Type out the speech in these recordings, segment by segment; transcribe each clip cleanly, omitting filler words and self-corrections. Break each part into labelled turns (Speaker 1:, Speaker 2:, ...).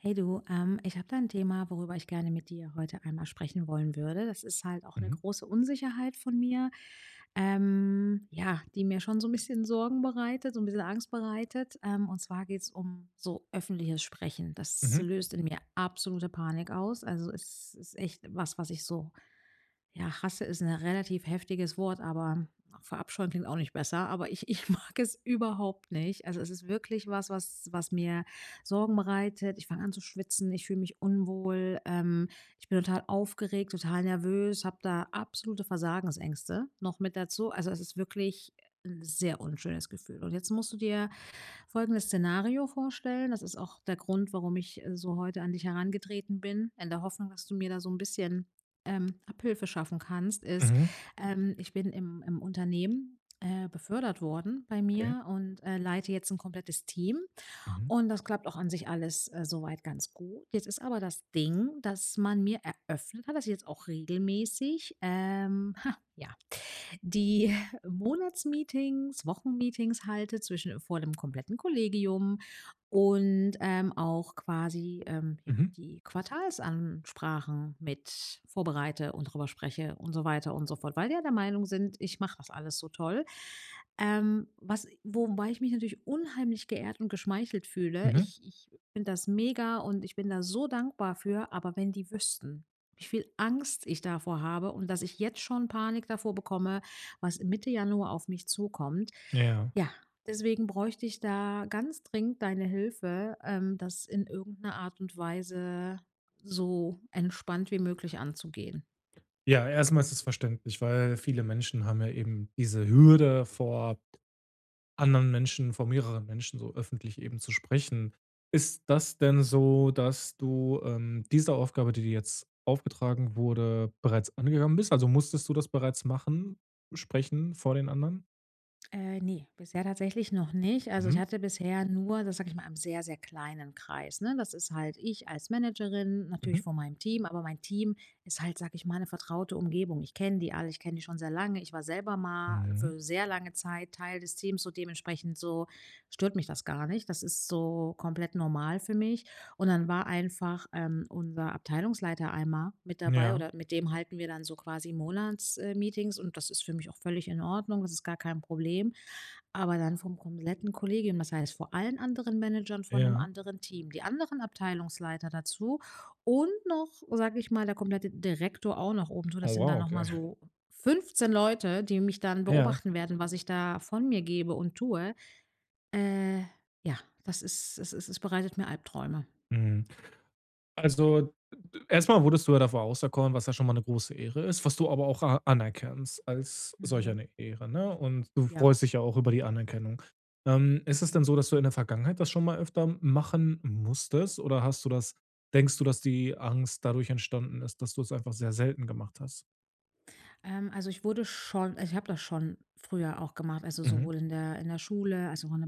Speaker 1: Hey du, ich habe da ein Thema, worüber ich gerne mit dir heute einmal sprechen wollen würde. Das ist halt auch eine
Speaker 2: Mhm,
Speaker 1: große Unsicherheit von mir, ja, die mir schon so ein bisschen Sorgen bereitet, so ein bisschen Angst bereitet. Und zwar geht es um so öffentliches Sprechen. Das
Speaker 2: mhm,
Speaker 1: löst in mir absolute Panik aus. Also es ist echt was, was ich so ja, Rasse ist ein relativ heftiges Wort, aber verabscheuen klingt auch nicht besser, aber ich mag es überhaupt nicht. Also, es ist wirklich was, was mir Sorgen bereitet. Ich fange an zu schwitzen, ich fühle mich unwohl, ich bin total aufgeregt, total nervös, habe da absolute Versagensängste noch mit dazu. Also, es ist wirklich 'n sehr unschönes Gefühl. Und jetzt musst du dir folgendes Szenario vorstellen. Das ist auch der Grund, warum ich so heute an dich herangetreten bin, in der Hoffnung, dass du mir da so ein bisschen Abhilfe schaffen kannst, ist,
Speaker 2: mhm.
Speaker 1: ich bin im Unternehmen befördert worden bei
Speaker 2: Okay.
Speaker 1: mir und leite jetzt ein komplettes Team.
Speaker 2: Mhm,
Speaker 1: Und das klappt auch an sich alles soweit ganz gut. Jetzt ist aber das Ding, dass man mir eröffnet hat, dass ich jetzt auch regelmäßig, ja, die Monatsmeetings, Wochenmeetings halte zwischen vor dem kompletten Kollegium und, auch quasi, ja,
Speaker 2: mhm,
Speaker 1: die Quartalsansprachen mit vorbereite und drüber spreche und so weiter und so fort, weil die ja der Meinung sind, ich mache das alles so toll. Was wobei ich mich natürlich unheimlich geehrt und geschmeichelt fühle.
Speaker 2: mhm.
Speaker 1: Ich finde das mega und ich bin da so dankbar für, aber wenn die wüssten, wie viel Angst ich davor habe und dass ich jetzt schon Panik davor bekomme, was Mitte Januar auf mich zukommt.
Speaker 2: Ja.
Speaker 1: Ja, deswegen bräuchte ich da ganz dringend deine Hilfe, das in irgendeiner Art und Weise so entspannt wie möglich anzugehen.
Speaker 2: Ja, erstmal ist es verständlich, weil viele Menschen haben ja eben diese Hürde, vor anderen Menschen, vor mehreren Menschen so öffentlich eben zu sprechen. Ist das denn so, dass du, diese Aufgabe, die dir jetzt aufgetragen wurde, bereits angegangen bist? Also, musstest du das bereits machen, sprechen vor den anderen?
Speaker 1: Ne, bisher tatsächlich noch nicht. Also, ich
Speaker 2: Mhm,
Speaker 1: hatte bisher nur, das sag ich mal, einen sehr, sehr kleinen Kreis, ne? Das ist halt ich als Managerin,
Speaker 2: mhm,
Speaker 1: natürlich vor meinem Team, aber mein Team ist halt, sag ich mal, eine vertraute Umgebung. Ich kenne die alle, ich kenne die schon sehr lange. Ich war selber mal
Speaker 2: mhm.
Speaker 1: für sehr lange Zeit Teil des Teams, so dementsprechend so stört mich das gar nicht. Das ist so komplett normal für mich. Und dann war einfach, unser Abteilungsleiter einmal mit dabei
Speaker 2: Ja,
Speaker 1: oder mit dem halten wir dann so quasi Monats Meetings und das ist für mich auch völlig in Ordnung, das ist gar kein Problem. Aber dann vom kompletten Kollegium, das heißt vor allen anderen Managern von einem
Speaker 2: ja.
Speaker 1: anderen Team, die anderen Abteilungsleiter dazu und noch, sage ich mal, der komplette Direktor auch noch oben, zu
Speaker 2: Oh
Speaker 1: das sind
Speaker 2: wow,
Speaker 1: dann
Speaker 2: okay.
Speaker 1: nochmal so 15 Leute, die mich dann
Speaker 2: Ja.
Speaker 1: beobachten werden, was ich da von mir gebe und tue. Äh, ja, das ist, es bereitet mir Albträume.
Speaker 2: Mhm. Also, erstmal wurdest du ja dafür auserkoren, was ja schon mal eine große Ehre ist, was du aber auch a anerkennst als solch
Speaker 1: Mhm.
Speaker 2: eine Ehre, ne? Und du
Speaker 1: Ja.
Speaker 2: freust dich ja auch über die Anerkennung. Ist es denn
Speaker 1: Mhm.
Speaker 2: so, dass du in der Vergangenheit das schon mal öfter machen musstest oder hast du das denkst du, dass die Angst dadurch entstanden ist, dass du es einfach sehr selten gemacht hast?
Speaker 1: Also ich habe das schon früher auch gemacht, also
Speaker 2: Mhm,
Speaker 1: sowohl in der Schule, als auch in der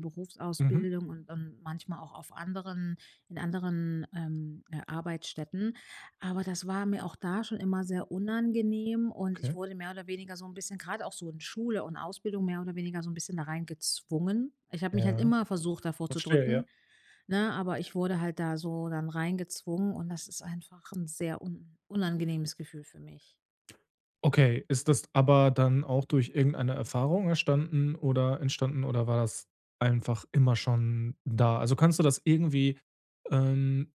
Speaker 2: mhm,
Speaker 1: Berufsausbildung und manchmal auch auf anderen in anderen, Arbeitsstätten. Aber das war mir auch da schon immer sehr unangenehm und ich
Speaker 2: okay.
Speaker 1: wurde mehr oder weniger so ein bisschen gerade auch so in Schule und Ausbildung mehr oder weniger so ein bisschen da rein gezwungen. Ich habe mich halt
Speaker 2: Ja,
Speaker 1: immer versucht, davor zu
Speaker 2: verstehe, ja.
Speaker 1: drücken, ne, aber ich wurde halt da so dann reingezwungen und das ist einfach ein sehr un unangenehmes Gefühl für mich.
Speaker 2: Okay, ist das aber dann auch durch irgendeine Erfahrung erstanden oder entstanden oder war das einfach immer schon da? Also, kannst du das irgendwie, ähm,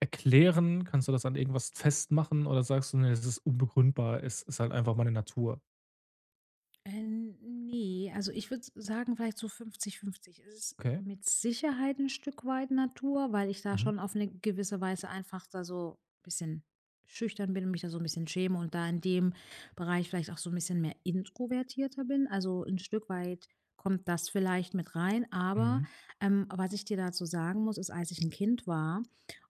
Speaker 2: erklären? Kannst du das an irgendwas festmachen oder sagst du: „Ne, das ist unbegründbar, es ist halt einfach meine Natur?"
Speaker 1: Äh, ne, also ich würde sagen, vielleicht so fünfzig-fünfzig. Es ist
Speaker 2: Okay.
Speaker 1: mit Sicherheit ein Stück weit Natur, weil ich da
Speaker 2: Mhm.
Speaker 1: schon auf eine gewisse Weise einfach da so ein bisschen schüchtern bin und mich da so ein bisschen schäme und da in dem Bereich vielleicht auch so ein bisschen mehr introvertierter bin. Also ein Stück weit kommt das vielleicht mit rein, aber,
Speaker 2: Mhm.
Speaker 1: was ich dir dazu sagen muss, ist, als ich ein Kind war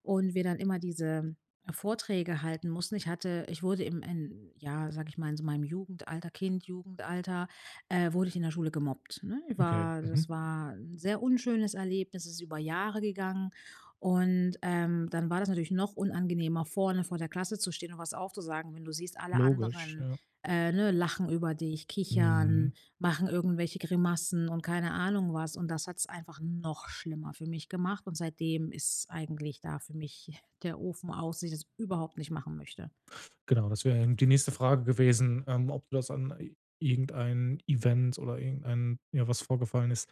Speaker 1: und wir dann immer diese Vorträge halten mussten. Ich wurde im in ja, sage ich mal, in so meinem Jugendalter, Kind, Jugendalter, wurde ich in der Schule gemobbt, ne? Ich
Speaker 2: Okay.
Speaker 1: war Das
Speaker 2: Mhm.
Speaker 1: war 'n sehr unschönes Erlebnis. Es ist über Jahre gegangen und, dann war das natürlich noch unangenehmer, vorne vor der Klasse zu stehen und was aufzusagen, wenn du siehst, alle
Speaker 2: Logisch,
Speaker 1: anderen,
Speaker 2: ja.
Speaker 1: ne, lachen über dich,
Speaker 2: Mhm.
Speaker 1: kichern, machen irgendwelche Grimassen und keine Ahnung was. Und das hat's einfach noch schlimmer für mich gemacht. Und seitdem ist eigentlich da für mich der Ofen aus, dass ich das überhaupt nicht machen möchte.
Speaker 2: Genau, das wäre die nächste Frage gewesen, ob du das an i irgendein Event oder irgendein ja, was vorgefallen ist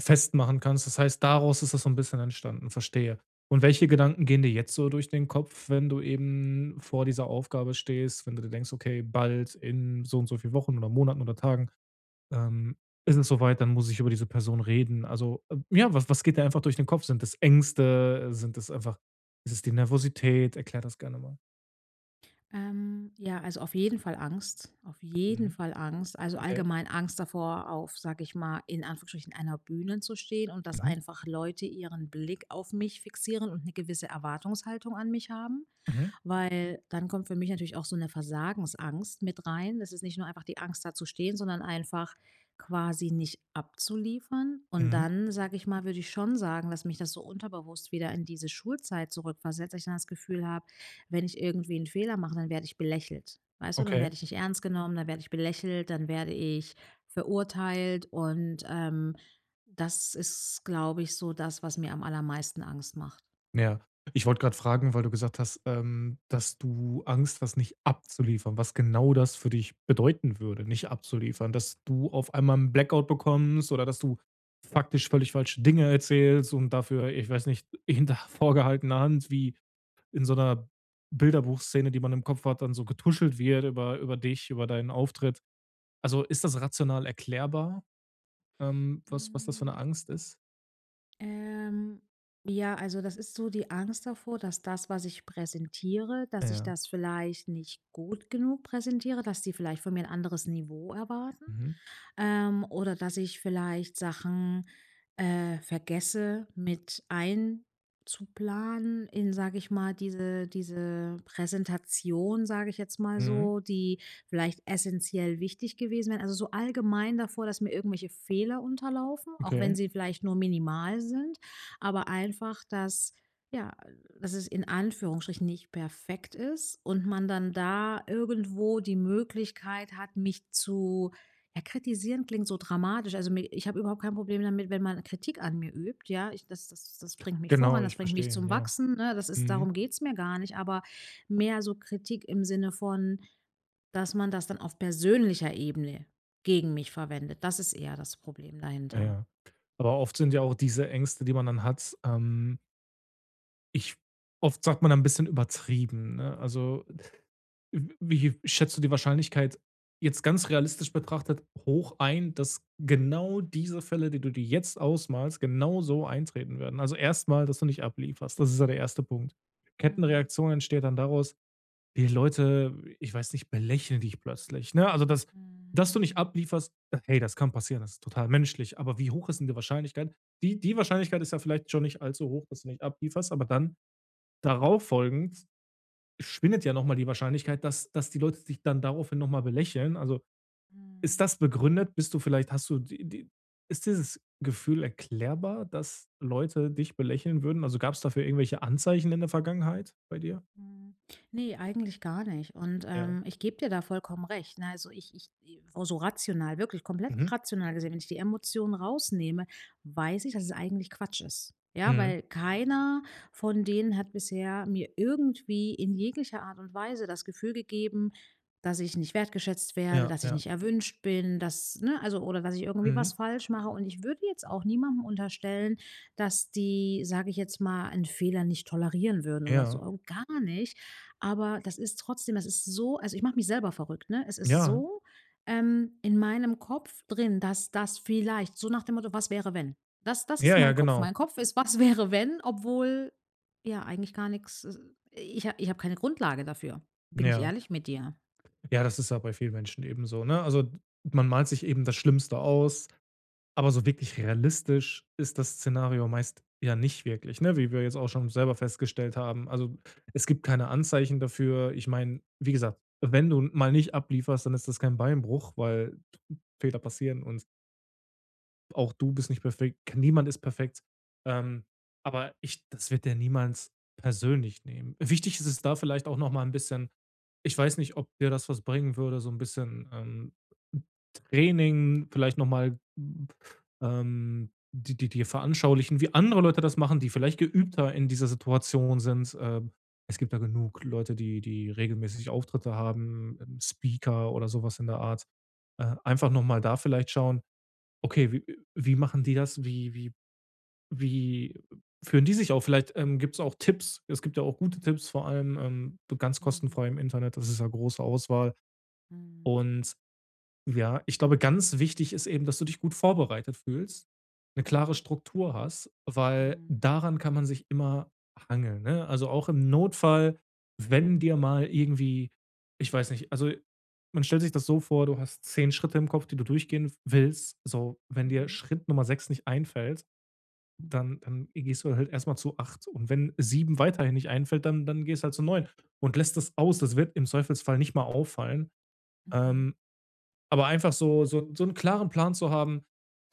Speaker 2: festmachen kannst. Das heißt, daraus ist das so ein bisschen entstanden, verstehe. Und welche Gedanken gehen dir jetzt so durch den Kopf, wenn du eben vor dieser Aufgabe stehst, wenn du dir denkst: „Okay, bald in so und so viel Wochen oder Monaten oder Tagen, ähm, ist es soweit, dann muss ich über diese Person reden." Also, ja, was geht dir einfach durch den Kopf? Sind das Ängste? Sind das einfach Ist es die Nervosität? Erklär das gerne mal.
Speaker 1: Ja, also auf jeden Fall Angst. Auf jeden
Speaker 2: Mhm.
Speaker 1: Fall Angst. Also
Speaker 2: Okay.
Speaker 1: allgemein Angst davor, auf, sag ich mal, in Anführungsstrichen einer Bühne zu stehen und dass
Speaker 2: Mhm.
Speaker 1: einfach Leute ihren Blick auf mich fixieren und eine gewisse Erwartungshaltung an mich haben.
Speaker 2: Mhm.
Speaker 1: Weil dann kommt für mich natürlich auch so eine Versagensangst mit rein. Das ist nicht nur einfach die Angst, da zu stehen, sondern einfach quasi nicht abzuliefern. Und
Speaker 2: Mhm.
Speaker 1: dann, sage ich mal, würde ich schon sagen, dass mich das so unterbewusst wieder in diese Schulzeit zurückversetzt, dass ich dann das Gefühl habe, wenn ich irgendwie einen Fehler mache, dann werde ich belächelt. Weißt du, dann
Speaker 2: Okay.
Speaker 1: werde ich nicht ernst genommen, dann werde ich belächelt, dann werde ich verurteilt und, das ist, glaube ich, so das, was mir am allermeisten Angst macht.
Speaker 2: Ja. Ich wollte gerade fragen, weil du gesagt hast, dass du Angst hast, nicht abzuliefern, was genau das für dich bedeuten würde, nicht abzuliefern, dass du auf einmal 'n Blackout bekommst oder dass du faktisch völlig falsche Dinge erzählst und dafür, ich weiß nicht, hinter vorgehaltener Hand wie in so einer Bilderbuchszene, die man im Kopf hat, dann so getuschelt wird über dich, über deinen Auftritt. Also, ist das rational erklärbar, was das für
Speaker 1: Hm.
Speaker 2: eine Angst ist?
Speaker 1: Ähm, ja, also das ist so die Angst davor, dass das, was ich präsentiere, dass ich
Speaker 2: Ja.
Speaker 1: das vielleicht nicht gut genug präsentiere, dass die vielleicht von mir ein anderes Niveau erwarten,
Speaker 2: Mhm.
Speaker 1: oder dass ich vielleicht Sachen, vergesse mit einzuplanen in, sage ich mal, diese Präsentation, sage ich jetzt mal
Speaker 2: Mhm.
Speaker 1: so, die vielleicht essentiell wichtig gewesen wären. Also, so allgemein davor, dass mir irgendwelche Fehler unterlaufen, auch
Speaker 2: Okay.
Speaker 1: wenn sie vielleicht nur minimal sind, aber einfach, dass ja, dass es in Anführungsstrichen nicht perfekt ist und man dann da irgendwo die Möglichkeit hat, mich zu ja, kritisieren klingt so dramatisch. Also mi ich habe überhaupt kein Problem damit, wenn man Kritik an mir übt, ja. Ich Das das bringt mich
Speaker 2: Genau,
Speaker 1: voran, das
Speaker 2: ich
Speaker 1: bringt mich
Speaker 2: verstehe,
Speaker 1: zum
Speaker 2: ja.
Speaker 1: Wachsen, ne? Das ist
Speaker 2: Mhm.
Speaker 1: darum geht's mir gar nicht, aber mehr so Kritik im Sinne von, dass man das dann auf persönlicher Ebene gegen mich verwendet. Das ist eher das Problem
Speaker 2: Ja,
Speaker 1: dahinter.
Speaker 2: ja. Aber oft sind ja auch diese Ängste, die man dann hat, ich oft sagt man dann 'n bisschen übertrieben, ne? Also, w wie schätzt du die Wahrscheinlichkeit jetzt ganz realistisch betrachtet hoch ein, dass genau diese Fälle, die du dir jetzt ausmalst, genau so eintreten werden? Also, erstmal, dass du nicht ablieferst. Das ist ja der erste Punkt.
Speaker 1: Mhm.
Speaker 2: Kettenreaktion entsteht dann daraus, die Leute, ich weiß nicht, belächeln dich plötzlich, ne? Also, dass du nicht
Speaker 1: mhm,
Speaker 2: ablieferst, hey, das kann passieren, das ist total menschlich, aber wie hoch ist denn die Wahrscheinlichkeit? Die Wahrscheinlichkeit ist ja vielleicht schon nicht allzu hoch, dass du nicht ablieferst, aber dann darauf folgend schwindet ja noch mal die Wahrscheinlichkeit, dass die Leute dich dann daraufhin noch mal belächeln. Also, ist
Speaker 1: mhm.
Speaker 2: das begründet? Bist du vielleicht hast du die die Ist dieses Gefühl erklärbar, dass Leute dich belächeln würden? Also, gab es dafür irgendwelche Anzeichen in der Vergangenheit bei dir?
Speaker 1: Mhm. Ne, eigentlich gar nicht. Und,
Speaker 2: Ja.
Speaker 1: ich gebe dir da vollkommen recht, ne? Also, ich ich i so so rational, wirklich komplett
Speaker 2: Mhm.
Speaker 1: rational gesehen, wenn ich die Emotionen rausnehme, weiß ich, dass es eigentlich Quatsch ist. Ja,
Speaker 2: Mhm.
Speaker 1: weil keiner von denen hat bisher mir irgendwie in jeglicher Art und Weise das Gefühl gegeben, dass ich nicht wertgeschätzt werde,
Speaker 2: Ja,
Speaker 1: dass ich
Speaker 2: ja.
Speaker 1: nicht erwünscht bin, dass ne, also oder dass ich irgendwie
Speaker 2: Mhm.
Speaker 1: was falsch mache. Und ich würde jetzt auch niemandem unterstellen, dass die, sage ich jetzt mal, einen Fehler nicht tolerieren würden oder
Speaker 2: Ja,
Speaker 1: so, gar nicht. Aber das ist trotzdem das ist so also, ich mache mich selber verrückt, ne? Es ist
Speaker 2: ja,
Speaker 1: so, in meinem Kopf drin, dass das vielleicht so nach dem Motto: „Was wäre, wenn?“ Das ist
Speaker 2: ja, ja,
Speaker 1: mein Kopf.
Speaker 2: genau.
Speaker 1: Mein Kopf ist: „Was wäre, wenn?“, obwohl, ja, eigentlich gar nichts. Ich habe keine Grundlage dafür. Bin ich
Speaker 2: Ja.
Speaker 1: ehrlich mit dir?
Speaker 2: Ja, das ist ja bei vielen Menschen eben so, ne? Also, man malt sich eben das Schlimmste aus, aber so wirklich realistisch ist das Szenario meist ja nicht wirklich, ne, wie wir jetzt auch schon selber festgestellt haben. Also, es gibt keine Anzeichen dafür. Ich meine, wie gesagt, wenn du mal nicht ablieferst, dann ist das kein Beinbruch, weil Fehler passieren und auch du bist nicht perfekt, niemand ist perfekt. Ähm, aber ich das wird der niemals persönlich nehmen. Wichtig ist es da vielleicht auch noch mal ein bisschen ich weiß nicht, ob dir das was bringen würde, so ein bisschen, Training, vielleicht noch mal, die di dir veranschaulichen, wie andere Leute das machen, die vielleicht geübter in dieser Situation sind. Es gibt da genug Leute, die regelmäßig Auftritte haben, Speaker oder sowas in der Art. Einfach noch mal da vielleicht schauen, okay, wie machen die das? Wie führen die sich auf? Vielleicht, gibt es auch Tipps. Es gibt ja auch gute Tipps, vor allem, ganz
Speaker 1: Mhm,
Speaker 2: kostenfrei im Internet. Das ist ja große Auswahl.
Speaker 1: mhm,
Speaker 2: Und ja, ich glaube, ganz wichtig ist eben, dass du dich gut vorbereitet fühlst, eine klare
Speaker 1: mhm,
Speaker 2: Struktur hast, weil
Speaker 1: mhm,
Speaker 2: daran kann man sich immer hangeln, ne? Also, auch im Notfall, wenn dir mal irgendwie ich weiß nicht, also, man stellt sich das so vor, du hast 10 Schritte im Kopf, die du durchgehen willst. So, wenn dir
Speaker 1: mhm,
Speaker 2: Schritt Nummer 6 nicht einfällt, dann gehst du halt erstmal zu 8 und wenn 7 weiterhin nicht einfällt, dann gehst du halt zu 9 und lässt das aus. Das wird im Zweifelsfall nicht mal auffallen.
Speaker 1: mhm,
Speaker 2: Ähm, aber einfach so einen klaren Plan zu haben,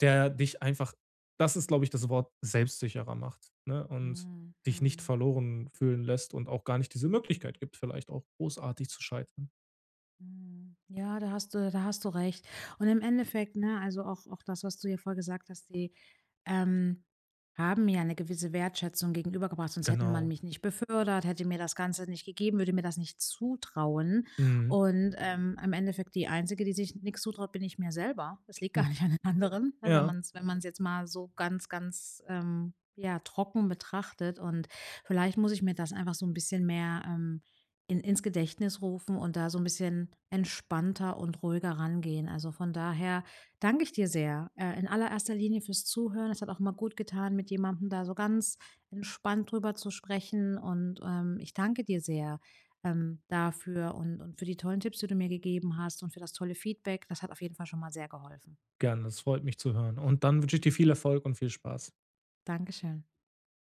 Speaker 2: der dich einfach das ist, glaube ich, das Wort selbstsicherer macht, ne, und
Speaker 1: mhm,
Speaker 2: dich nicht
Speaker 1: mhm.
Speaker 2: verloren fühlen lässt und auch gar nicht diese Möglichkeit gibt, vielleicht auch großartig zu scheitern.
Speaker 1: Mhm. Ja, da hast du recht. Und im Endeffekt, ne, also auch das, was du hier vorher gesagt hast, die ähm, haben mir eine gewisse Wertschätzung gegenübergebracht, sonst hätte man
Speaker 2: Genau.
Speaker 1: mich nicht befördert, hätte mir das Ganze nicht gegeben, würde mir das nicht zutrauen.
Speaker 2: Mhm.
Speaker 1: Und im Endeffekt die Einzige, die sich nichts zutraut, bin ich mir selber. Das liegt
Speaker 2: Hm,
Speaker 1: gar nicht an den anderen, ne,
Speaker 2: ja,
Speaker 1: wenn man's jetzt mal so ganz, ganz ja, trocken betrachtet. Und vielleicht muss ich mir das einfach so ein bisschen mehr ins Gedächtnis rufen und da so ein bisschen entspannter und ruhiger rangehen. Also von daher danke ich dir sehr, in allererster Linie fürs Zuhören. Es hat auch mal gut getan, mit jemandem da so ganz entspannt drüber zu sprechen. Und ich danke dir sehr dafür und für die tollen Tipps, die du mir gegeben hast und für das tolle Feedback. Das hat auf jeden Fall schon mal sehr geholfen.
Speaker 2: gerne. Das freut mich zu hören. Und dann wünsche ich dir viel Erfolg und viel Spaß.
Speaker 1: Dankeschön.